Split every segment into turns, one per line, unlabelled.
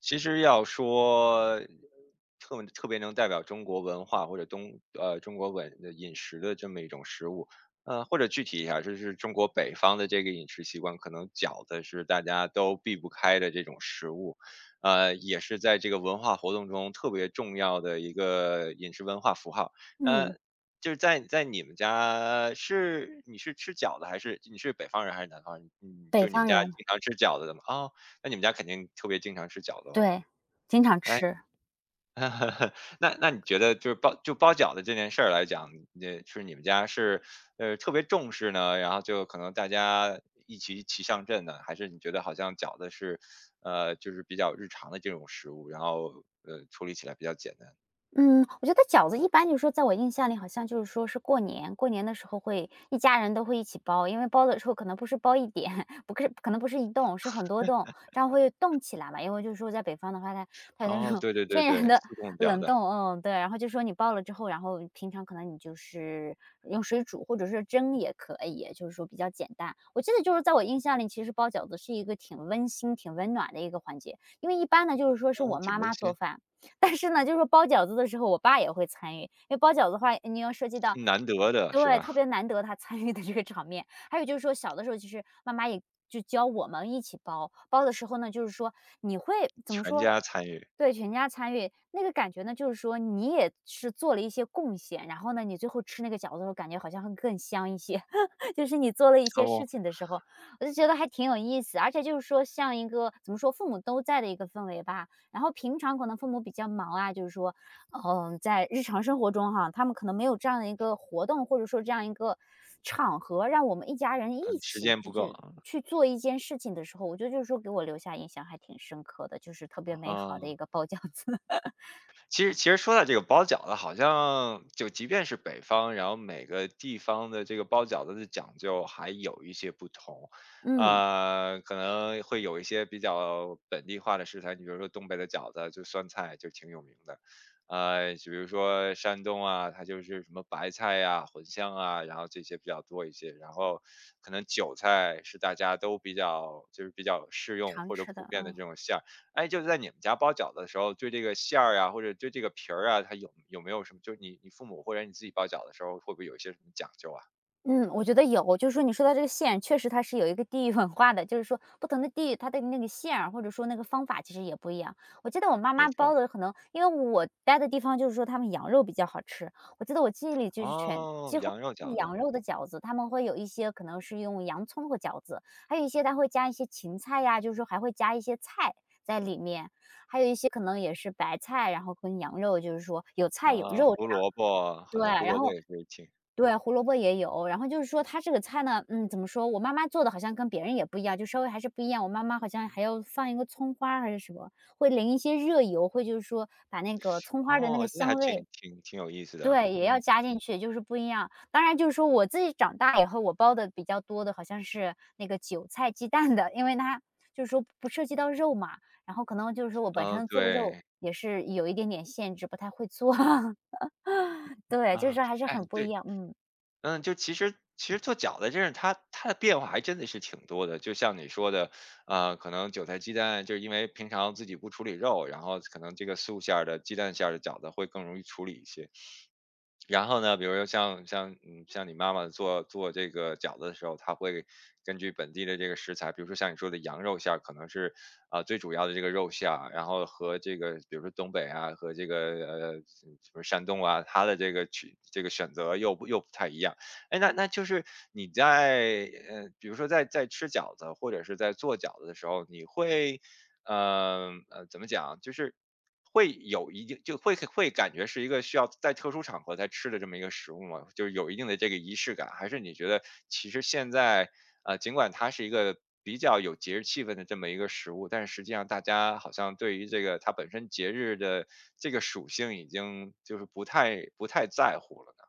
其实要说特别能代表中国文化或者中国文的饮食的这么一种食物，或者具体一下，就是中国北方的这个饮食习惯，可能饺子是大家都避不开的这种食物，也是在这个文化活动中特别重要的一个饮食文化符号。呃，
嗯，
就是在你们家是你是吃饺子还是你是北方人还是南方人？嗯，就
北
是你们
方
家
人，
经常吃饺子的吗？啊。那你们家肯定特别经常吃饺子哦。
对，经常
哎，
吃，
那你觉得就是包饺子这件事儿来讲，那是你们家是，特别重视呢，然后就可能大家一起齐上阵呢，还是你觉得好像饺子是，就是比较日常的这种食物，然后，处理起来比较简单？
嗯，我觉得饺子一般就是说，在我印象里好像就是说是过年的时候会一家人都会一起包，因为包的时候可能不是包一点，不是可能不是一栋，是很多栋，这样会冻起来嘛。因为就是说在北方的话，它有那
哦，
种
对 对对
天
对，
然的
速冻饺
冷
子。
冻，嗯，对。然后就说你包了之后，然后平常可能你就是用水煮或者是蒸也可以，就是说比较简单。我记得就是在我印象里，其实包饺子是一个挺温馨、挺温暖的一个环节，因为一般呢就是说是
哦，
我
挺
妈
温
妈做
馨。
饭。但是呢，就是说包饺子的时候，我爸也会参与，因为包饺子的话，你要涉及到，
是难得的是
对，特
吧？
别难得他参与的这个场面。还有就是说小的时候，其实妈妈也就教我们一起包，包的时候呢，就是说你会怎么
全
说，
家参与。
对，全家参与，那个感觉呢，就是说你也是做了一些贡献，然后呢，你最后吃那个饺子的时候，感觉好像会更香一些，就是你做了一些
哦。
事情的时候，我就觉得还挺有意思。而且就是说，像一个怎么说，父母都在的一个氛围吧。然后平常可能父母比较忙啊，就是说在日常生活中哈，他们可能没有这样的一个活动，或者说这样一个场合，让我们一家人一
嗯，时
起
间
去
不够，
去
啊。
去做一件事情的时候，我觉得就是说给我留下印象还挺深刻的，就是特别美好的
哦。
一个包饺子。
其实说到这个包饺子，好像就即便是北方，然后每个地方的这个包饺子的讲究还有一些不同。
嗯，
可能会有一些比较本地化的食材，你比如说东北的饺子，就酸菜就挺有名的。就比如说山东啊，它就是什么白菜呀、茴香啊，然后这些比较多一些。然后可能韭菜是大家都比较适用
常
或者
吃
普
的，
遍的
嗯。
这种馅儿。哎，就是在你们家包饺子的时候，对这个馅儿啊，或者对这个皮儿啊，它有没有什么，就是你父母或者你自己包饺子的时候，会不会有一些什么讲究啊？
嗯，我觉得有，就是说你说到这个馅，确实它是有一个地域文化的，就是说不同的地域，它的那个馅儿或者说那个方法其实也不一样。我记得我妈
没
妈
错。
包的可能，因为我待的地方就是说他们羊肉比较好吃，我记得我记忆里就是全
哦，
几乎
羊肉
是
饺子。
羊肉的饺子，他们会有一些可能是用洋葱和饺子，还有一些它会加一些芹菜呀，就是说还会加一些菜在里面，还有一些可能也是白菜，然后跟羊肉就是说有菜有
啊，
肉这
胡
样，
萝卜，好
对，
像胡
然
萝卜
后
也是挺。
对，胡萝卜也有。然后就是说它这个菜呢，嗯，怎么说，我妈妈做的好像跟别人也不一样，就稍微还是不一样。我妈妈好像还要放一个葱花儿还是什么，会淋一些热油，会就是说把那个葱花儿的那
哦，
个
这还
香
挺
味，
挺挺有意思的。
对，也要
嗯。
加进去，就是不一样。当然就是说我自己长大以后，我包的比较多的好像是那个韭菜鸡蛋的，因为它就是说不涉及到肉嘛，然后可能就是说我本身做肉
对。
也是有一点点限制，不太会做。对，就
啊。
是还是
哎，
很不一
对。
样，嗯。
嗯。就其实做饺子真是它的变化还真的是挺多的，就像你说的，可能韭菜鸡蛋就是因为平常自己不处理肉，然后可能这个素馅儿的鸡蛋馅儿的饺子会更容易处理一些。然后呢，比如说像你妈妈做这个饺子的时候，她会根据本地的这个食材，比如说像你说的羊肉馅儿，可能是啊、最主要的这个肉馅儿，然后和这个比如说东北啊和这个呃什么山东啊，它的这个选择又不太一样。哎，那就是你在比如说在吃饺子或者是在做饺子的时候，你会怎么讲，就是会有一定就会会感觉是一个需要在特殊场合才吃的这么一个食物吗？就是有一定的这个仪式感，还是你觉得其实现在，尽管它是一个比较有节日气氛的这么一个食物，但是实际上大家好像对于这个它本身节日的这个属性已经就是不太在乎了呢？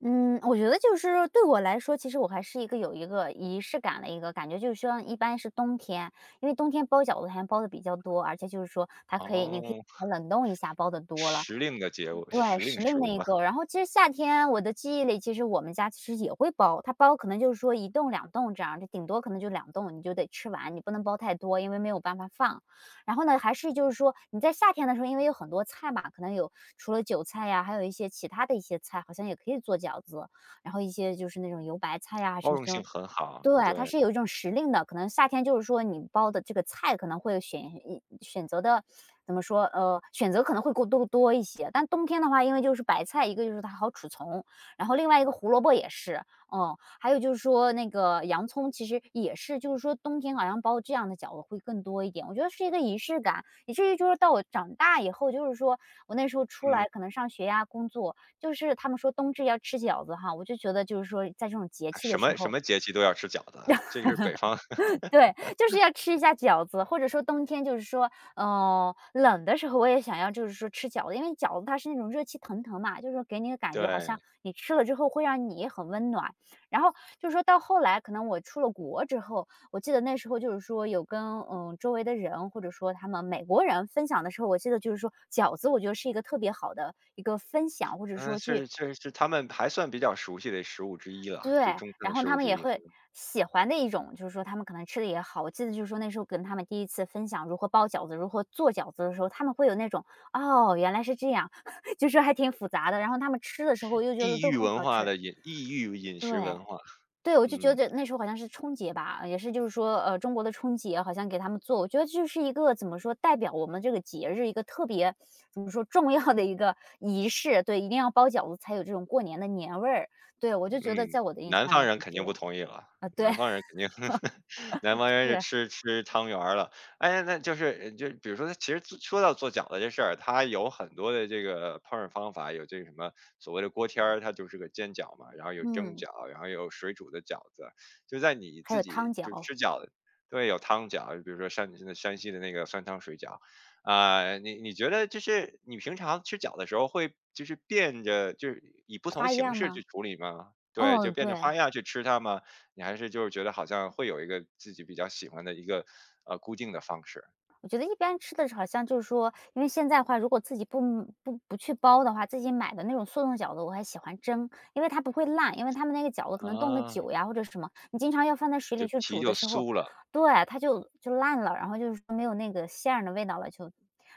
嗯，我觉得就是对我来说，其实我还是一个有一个仪式感的一个感觉，就是说一般是冬天，因为冬天包饺子还包的比较多，而且就是说它可以，你可以
哦，
冷冻一下，包的多了。
时令的节物
对，
时令
时
食
令的
物
一
了。
个。然后其实夏天我的记忆里，其实我们家其实也会包，它包可能就是说一栋两栋这样，就顶多可能就两栋，你就得吃完，你不能包太多，因为没有办法放。然后呢，还是就是说你在夏天的时候，因为有很多菜嘛，可能有除了韭菜呀，还有一些其他的一些菜，好像也可以做饺子，然后一些就是那种油白菜呀，
包
什么
容
什
性
么。
很好。
对，它
对。
是有一种时令的，可能夏天就是说你包的这个菜可能会选择的怎么说，选择可能会过多多一些。但冬天的话，因为就是白菜，一个就是它好储存，然后另外一个胡萝卜也是，嗯，还有就是说那个洋葱其实也是，就是说冬天好像包这样的饺子会更多一点。我觉得是一个仪式感，以至于就是到我长大以后，就是说我那时候出
嗯，
来可能上学呀、工作，就是他们说冬至要吃饺子哈，我就觉得就是说在这种节气的
什
时
么什
候。
么节气都要吃饺子，这个是北方。
对，就是要吃一下饺子，或者说冬天就是说，冷的时候我也想要就是说吃饺子，因为饺子它是那种热气腾腾嘛，就是说给你的感觉好像
对。
你吃了之后会让你很温暖。然后就是说到后来，可能我出了国之后，我记得那时候就是说有跟周围的人或者说他们美国人分享的时候，我记得就是说饺子，我觉得是一个特别好的一个分享，或者
嗯，
说去，
是确实是他们还算比较熟悉的食物之一了，
对，
就中餐
然
的
后
食物
他们
之
也
一。
会喜欢的一种，就是说他们可能吃的也好。我记得就是说那时候跟他们第一次分享如何包饺子、如何做饺子的时候，他们会有那种"哦，原来是这样"，就是还挺复杂的。然后他们吃的时候又觉得
异
都
域
很
文
好
化
吃。
的饮异域饮食
对，
文化。
对，我就觉
嗯。
得那时候好像是春节吧，也是就是说，中国的春节好像给他们做，我觉得就是一个怎么说，代表我们这个节日一个特别怎么说重要的一个仪式。对，一定要包饺子才有这种过年的年味儿。对，我就觉得
嗯。
在我的印
南
象
方
里
人
是
肯
这
定不
样。
同意了。
啊，对，
南方人 肯定 南方人是
是，
吃汤圆儿了。哎，那就是比如说，其实说到做饺子这事儿，它有很多的这个烹饪方法，有这个什么所谓的锅贴儿，它就是个煎饺嘛，然后有蒸
嗯，
饺，然后有水煮的饺子。就在你
还
自
有
己
汤
就
饺，
吃饺子。对，有汤饺，比如说山西的那个酸汤水饺。啊、你觉得就是你平常吃饺的时候会就是变着就是以不同
花
形
样
式去
吗？
处理吗？对，就
嗯，
变着
对。
花样去吃它嘛。你还是就是觉得好像会有一个自己比较喜欢的一个，固定的方式。
我觉得一般吃的好像就是说，因为现在的话，如果自己不去包的话，自己买的那种速冻饺子，我还喜欢蒸，因为它不会烂，因为他们那个饺子可能冻得
啊。
久呀或者什么，你经常要放在水里
就
去
皮
煮的
就
时候，
酥了。
对，它就烂了，然后就是说没有那个馅儿的味道了，就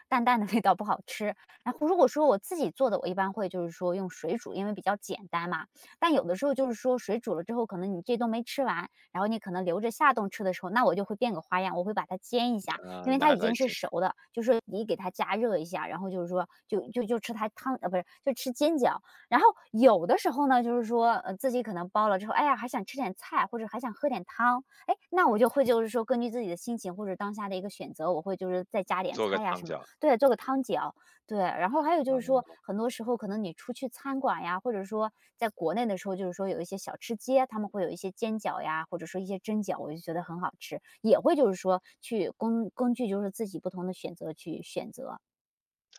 淡淡的味道不好吃。然后如果说我自己做的，我一般会就是说用水煮，因为比较简单嘛。但有的时候就是说水煮了之后，可能你这顿没吃完，然后你可能留着下顿吃的时候，那我就会变个花样，我会把它煎一下，
啊，
因为它
拿
已
来
经是
煎
熟的，就是你给它加热一下，然后就是说就吃它汤，不是，就吃煎饺。然后有的时候呢，就是说自己可能包了之后，哎呀还想吃点菜或者还想喝点汤，哎，那我就会就是说根据自己的心情或者当下的一个选择，我会就是再加点
做个
菜呀、
烫
什么，
脚。
对，做个汤饺，对。然后还有就是说，
啊。
很多时候可能你出去餐馆呀，或者说在国内的时候，就是说有一些小吃街，他们会有一些煎饺呀，或者说一些蒸饺，我就觉得很好吃。也会就是说去根据就是自己不同的选择去选择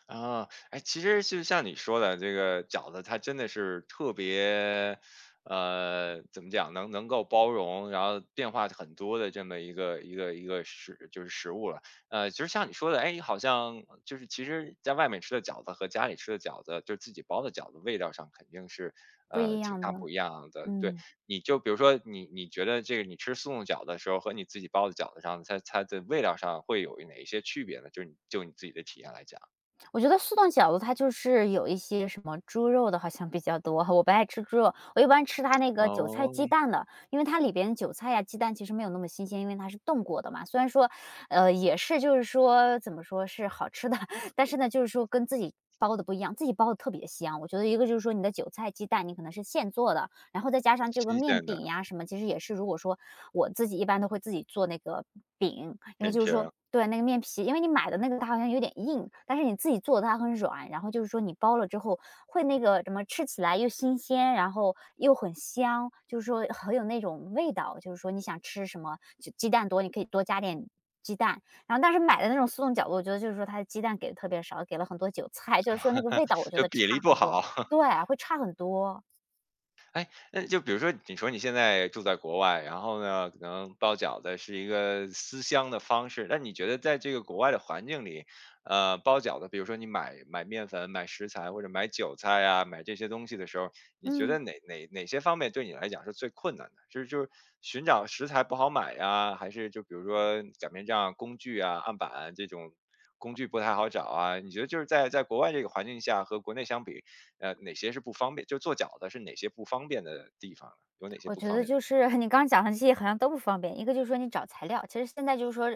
啊。哎，其实就像你说的，这个饺子它真的是特别，怎么讲，能够包容，然后变化很多的这么一个就是食物了。其实像你说的，哎，好像就是其实在外面吃的饺子和家里吃的饺子，就是自己包的饺子，味道上肯定是
不一
挺
样的。
大不一样的。对。
嗯，
你就比如说你觉得这个你吃速冻饺子的时候和你自己包的饺子上，它的味道上会有哪一些区别呢？就是你自己的体验来讲。
我觉得速冻饺子它就是有一些什么猪肉的，好像比较多。我不爱吃猪肉，我一般吃它那个韭菜
哦，
鸡蛋的，因为它里边韭菜呀、鸡蛋其实没有那么新鲜，因为它是冻过的嘛。虽然说，也是就是说怎么说是好吃的，但是呢，就是说跟自己包的不一样，自己包的特别香。我觉得一个就是说你的韭菜、鸡蛋，你可能是现做的，然后再加上这个
新
面
鲜的
饼呀什么，其实也是。如果说我自己一般都会自己做那个饼，因为
面
就
皮
是说
儿。
对，那个面皮，因为你买的那个它好像有点硬，但是你自己做的它很软，然后就是说你包了之后会那个什么，吃起来又新鲜，然后又很香，就是说很有那种味道，就是说你想吃什么就鸡蛋多，你可以多加点。鸡蛋，然后但是买的那种速冻饺子，我觉得就是说它的鸡蛋给的特别少，给了很多韭菜，就是说那个味道我觉
就
得
比
差
例不
很多，
好。
对，会差很多，
那就比如说，你说你现在住在国外，然后呢，可能包饺子是一个思乡的方式。那你觉得在这个国外的环境里，包饺子，比如说你买面粉、买食材或者买韭菜啊，买这些东西的时候，你觉得
嗯。
哪些方面对你来讲是最困难的？就是寻找食材不好买呀，还是就比如说擀面杖、工具啊、案板这种工具不太好找啊？你觉得就是在国外这个环境下和国内相比，哪些是不方便就做饺子是哪些不方便的地方呢？有哪些
我
不
觉
方
得
便的
就
地
是 你刚刚讲的这些好像都不方便，一个就是说你找材料，其实现在就是说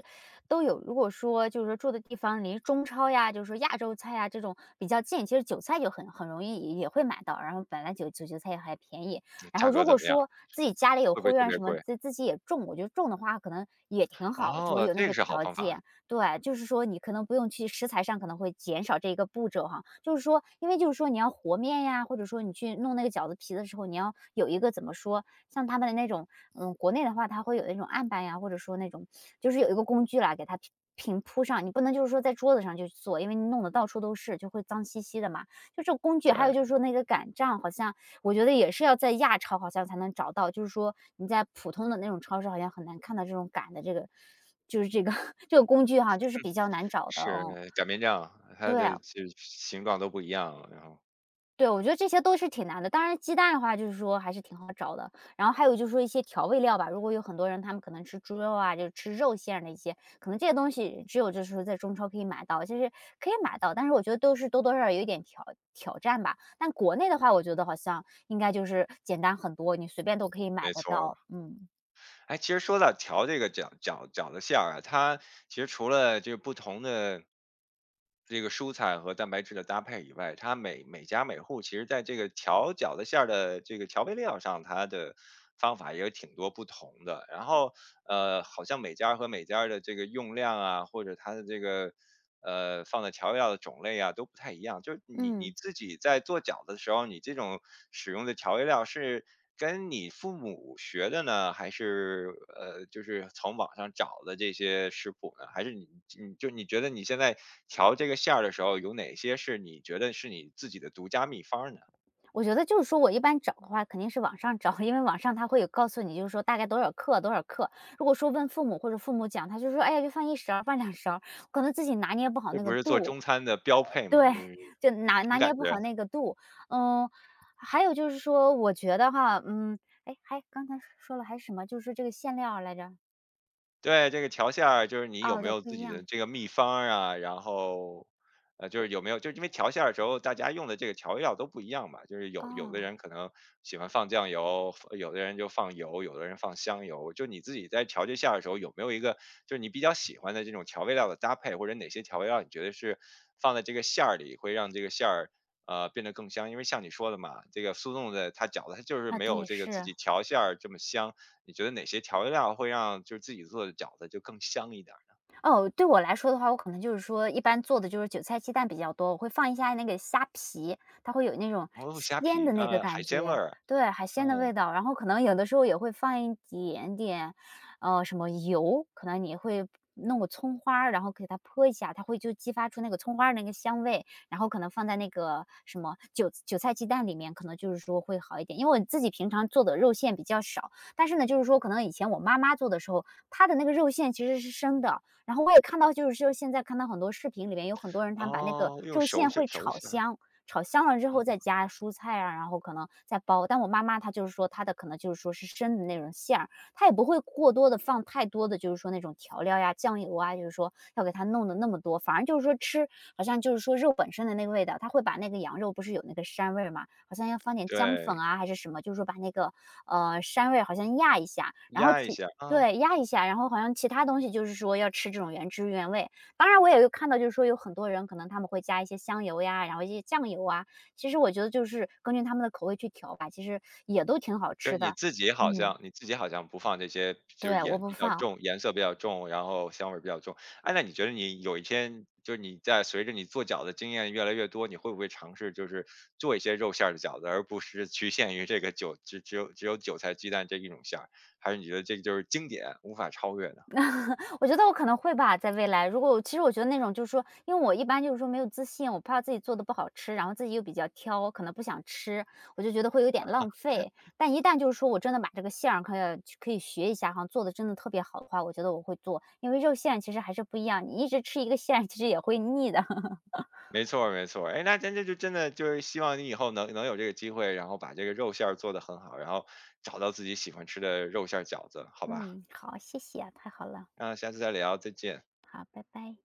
都有。如果说就是说住的地方离中超呀，就是说亚洲菜呀这种比较近，其实韭菜就很容易也会买到，然后本来韭菜也还便宜。
方
然
价
后
格
如
怎
果
么样？
说自己家里有
会不会
后
特
院
别
什么，
贵？
自己也种，我觉得种的话可能也挺好，如果
哦，
有那
这个
个
是好
条
方法。
件。对，就是说你可能不用去食材上可能会减少这一个步骤哈，就是说因为就是说你要和面呀，或者说你去弄那个饺子皮的时候，你要有一个怎么说，像他们的那种，嗯，国内的话，它会有那种案板呀，或者说那种就是有一个工具啦，给它平铺上，你不能就是说在桌子上就去做，因为你弄得到处都是，就会脏兮兮的嘛。就这个工具，还有
对，
就是说那个擀杖，好像我觉得也是要在亚超好像才能找到，就是说你在普通的那种超市好像很难看到这种擀的这个就是这个 这个工具哈，就是比较难找的
是
哦。
擀面杖，它
对，
的这形状都不一样，然后
对，我觉得这些都是挺难的。当然鸡蛋的话就是说还是挺好找的，然后还有就是说一些调味料吧，如果有很多人他们可能吃猪肉啊，就是吃肉馅儿的一些，可能这些东西只有就是说在中超可以买到，就是可以买到，但是我觉得都是多多少少有一点挑战吧。但国内的话，我觉得好像应该就是简单很多，你随便都可以买
没
得
错。
到，嗯。
哎，其实说到调这个饺子馅儿啊，它其实除了这个不同的这个蔬菜和蛋白质的搭配以外，它每家每户其实在这个调饺子馅儿的这个调味料上，它的方法也有挺多不同的。然后好像每家儿和每家儿的这个用量啊，或者它的这个放的调味料的种类啊，都不太一样。就是你
嗯。
自己在做饺子的时候，你这种使用的调味料是跟你父母学的呢，还是就是从网上找的这些食谱呢？还是你觉得你现在调这个馅儿的时候，有哪些是你觉得是你自己的独家秘方呢？
我觉得就是说我一般找的话肯定是网上找，因为网上他会有告诉你，就是说大概多少克多少克。如果说问父母或者父母讲，他就说：“哎呀，就放一勺儿放两勺儿，可能自己拿捏不好
这
那
不
个
是做
度。”
中餐的标配吗？
对，
就是
就拿
凭
拿
感
捏不
觉。
好那个度。嗯，还有就是说我觉得哈，嗯，哎，还刚才说了还是什么，就是这个馅料儿来着？
对，这个调馅儿就是你有
哦，
没
就
有
不
自
一
己的
样。
这个秘方儿啊，然后，就是有没有，就是因为调馅儿的时候大家用的这个调味料都不一样嘛，就是有的
哦，
人可能喜欢放酱油，有的人就放油，有的人放香油，就你自己在调这馅儿的时候有没有一个就是你比较喜欢的这种调味料的搭配，或者哪些调味料你觉得是放在这个馅儿里会让这个馅儿变得更香？因为像你说的嘛，这个速冻的它饺子它就是
啊，
没有
对，
这个自
是。
己调馅儿这么香。你觉得哪些调味料会让就是自己做的饺子就更香一点儿？
哦，对我来说的话，我可能就是说一般做的就是韭菜鸡蛋比较多，我会放一下那个虾皮，它会有那种
哦，虾
鲜
皮。
的那个
海
感
鲜味
觉，
儿。
对，海鲜的
嗯。
味道。然后可能有的时候也会放一点点，什么油，可能你会弄个葱花儿然后给它泼一下，它会就激发出那个葱花儿那个香味。然后可能放在那个什么韭菜鸡蛋里面，可能就是说会好一点。因为我自己平常做的肉馅比较少，但是呢，就是说可能以前我妈妈做的时候，她的那个肉馅其实是生的，然后我也看到，就是说现在看到很多视频里面有很多人，他们把那个
哦，用
肉
手
馅
手
会
手
炒
起来，熟。
香，炒香了之
啊，
后再加蔬菜啊，然后可能再包。但我妈妈她就是说她的可能就是说是生的那种馅儿，她也不会过多的放太多的，就是说那种调料呀、酱油啊，就是说要给它弄的那么多。反而就是说吃，好像就是说肉本身的那个味道，她会把那个羊肉不是有那个膻味儿嘛，好像要放点姜粉
对，
啊还是什么，就是说把那个膻味好像压一下，然后
压一
其
下。啊。
对，压一下，然后好像其他东西就是说要吃这种原汁原味。当然我也有看到，就是说有很多人可能他们会加一些香油呀，然后一些酱油啊，其实我觉得就是根据他们的口味去调吧，其实也都挺好
就是
吃
你
的。
自己好
嗯，
像你自己好像不放这些，就是
对，我
盐
不
比较
放。
重，颜色比较重，然后香味儿比较重。哎，那你觉得你有一天就是你在随着你做饺子经验越来越多，你会不会尝试就是做一些肉馅儿的饺子，而不是局限于这个韭只只有只有韭菜鸡蛋这一种馅儿？还是你觉得这个就是经典，无法超越的？
我觉得我可能会吧，在未来，如果我其实我觉得那种就是说，因为我一般就是说没有自信，我怕自己做的不好吃，然后自己又比较挑，可能不想吃，我就觉得会有点浪费。但一旦就是说我真的把这个馅儿可以学一下哈，做的真的特别好的话，我觉得我会做，因为肉馅其实还是不一样，你一直吃一个馅儿其实也会腻的。
没错儿，没错儿。哎，那真的就是希望你以后能有这个机会，然后把这个肉馅儿做得很好，然后找到自己喜欢吃的肉馅儿饺子，好吧？
嗯，好，谢谢啊，太好了，
那下次再聊，再见。
好，拜拜。